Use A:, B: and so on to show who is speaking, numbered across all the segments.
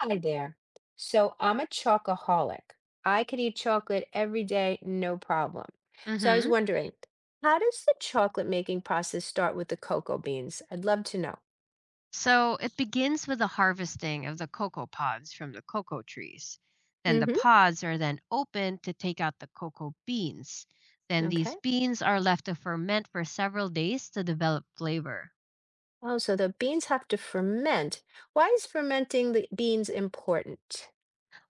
A: Hi there. So I'm a chocoholic. I could eat chocolate every day, no problem. So I was
B: Mm-hmm.
A: wondering, how does the chocolate making process start with the cocoa beans? I'd love to know.
B: So it begins with the harvesting of the cocoa pods from the cocoa trees. Then the
A: Mm-hmm.
B: pods are then opened to take out the cocoa beans. Then these
A: Okay.
B: beans are left to ferment for several days to develop flavor.
A: Oh, so the beans have to ferment. Why is fermenting the beans important?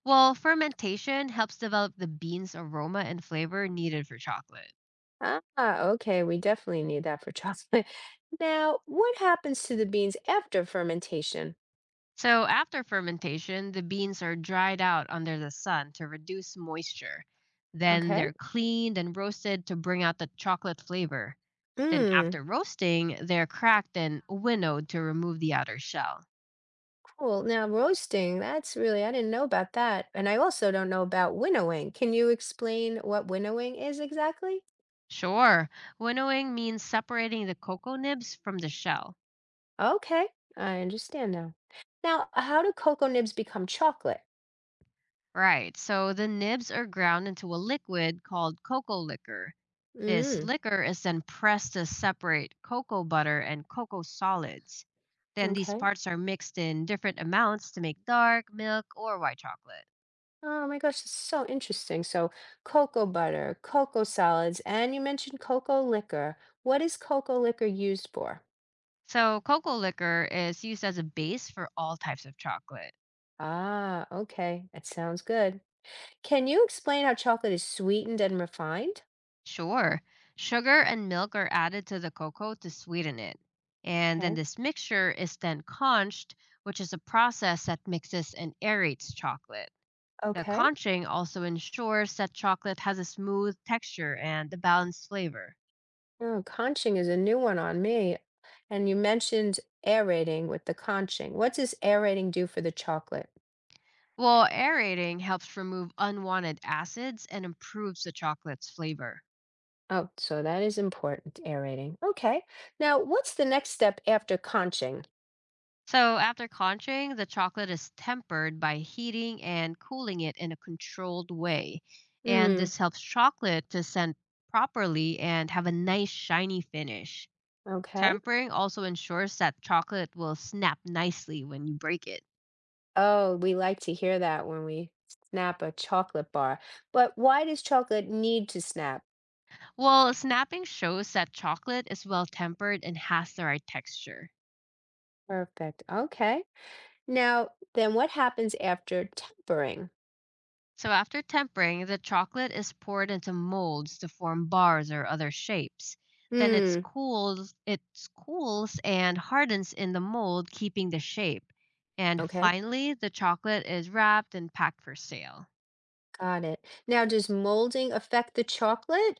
B: Well, fermentation helps develop the beans' aroma and flavor needed for chocolate.
A: Ah, okay. We definitely need that for chocolate. Now, what happens to the beans after fermentation?
B: So, after fermentation, the beans are dried out under the sun to reduce moisture. Then
A: Okay.
B: they're cleaned and roasted to bring out the chocolate flavor. Then,
A: Mm.
B: after roasting, they're cracked and winnowed to remove the outer shell.
A: Well, now roasting, that's really, I didn't know about that. And I also don't know about winnowing. Can you explain what winnowing is exactly?
B: Sure, winnowing means separating the cocoa nibs from the shell.
A: Okay, I understand now. Now, how do cocoa nibs become chocolate?
B: Right, so the nibs are ground into a liquid called cocoa liquor. This
A: Mm,
B: liquor is then pressed to separate cocoa butter and cocoa solids. Then these
A: okay.
B: parts are mixed in different amounts to make dark, milk, or white chocolate.
A: Oh my gosh, it's so interesting. So, cocoa butter, cocoa solids, and you mentioned cocoa liquor. What is cocoa liquor used for?
B: So, cocoa liquor is used as a base for all types of chocolate.
A: Ah, okay. That sounds good. Can you explain how chocolate is sweetened and refined?
B: Sure, sugar and milk are added to the cocoa to sweeten it. And then
A: Okay.
B: this mixture is then conched, which is a process that mixes and aerates chocolate. The
A: Okay.
B: conching also ensures that chocolate has a smooth texture and a balanced flavor,
A: Oh, conching is a new one on me. And you mentioned aerating with the conching. What does aerating do for the chocolate?
B: while aerating helps remove unwanted acids and improves the chocolate's flavor.
A: Oh, so that is important, aerating. Okay. Now, what's the next step after conching?
B: So, after conching, the chocolate is tempered by heating and cooling it in a controlled way, and
A: Hmm.
B: this helps chocolate to scent properly and have a nice shiny finish.
A: Okay.
B: Tempering also ensures that chocolate will snap nicely when you break it.
A: Oh, we like to hear that when we snap a chocolate bar. But why does chocolate need to snap?
B: Well, snapping shows that chocolate is well tempered and has the right texture.
A: Perfect. Okay. Now, then what happens after tempering?
B: So, after tempering, the chocolate is poured into molds to form bars or other shapes. Then it's
A: Hmm.
B: cooled, it cools and hardens in the mold, keeping the shape. And
A: Okay.
B: finally, the chocolate is wrapped and packed for sale.
A: Got it. Now, does molding affect the chocolate?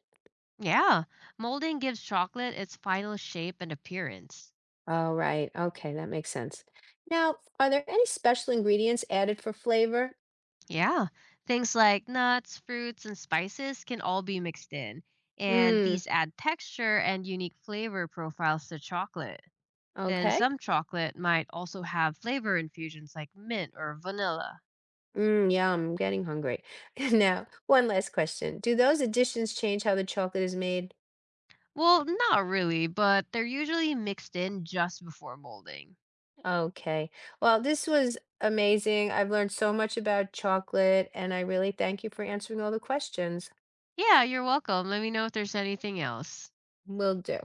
B: Yeah, molding gives chocolate its final shape and appearance.
A: Oh, right. Okay, that makes sense. Now, are there any special ingredients added for flavor?
B: Yeah. Things like nuts, fruits, and spices can all be mixed in, and
A: Mmm,
B: these add texture and unique flavor profiles to chocolate. Then
A: okay.
B: some chocolate might also have flavor infusions like mint or vanilla.
A: Mmm, yum, I'm getting hungry. Now, one last question. Do those additions change how the chocolate is made?
B: Well, not really, but they're usually mixed in just before molding.
A: Okay. Well, this was amazing. I've learned so much about chocolate, and I really thank you for answering all the questions.
B: Yeah, you're welcome. Let me know if there's anything else.
A: Will do.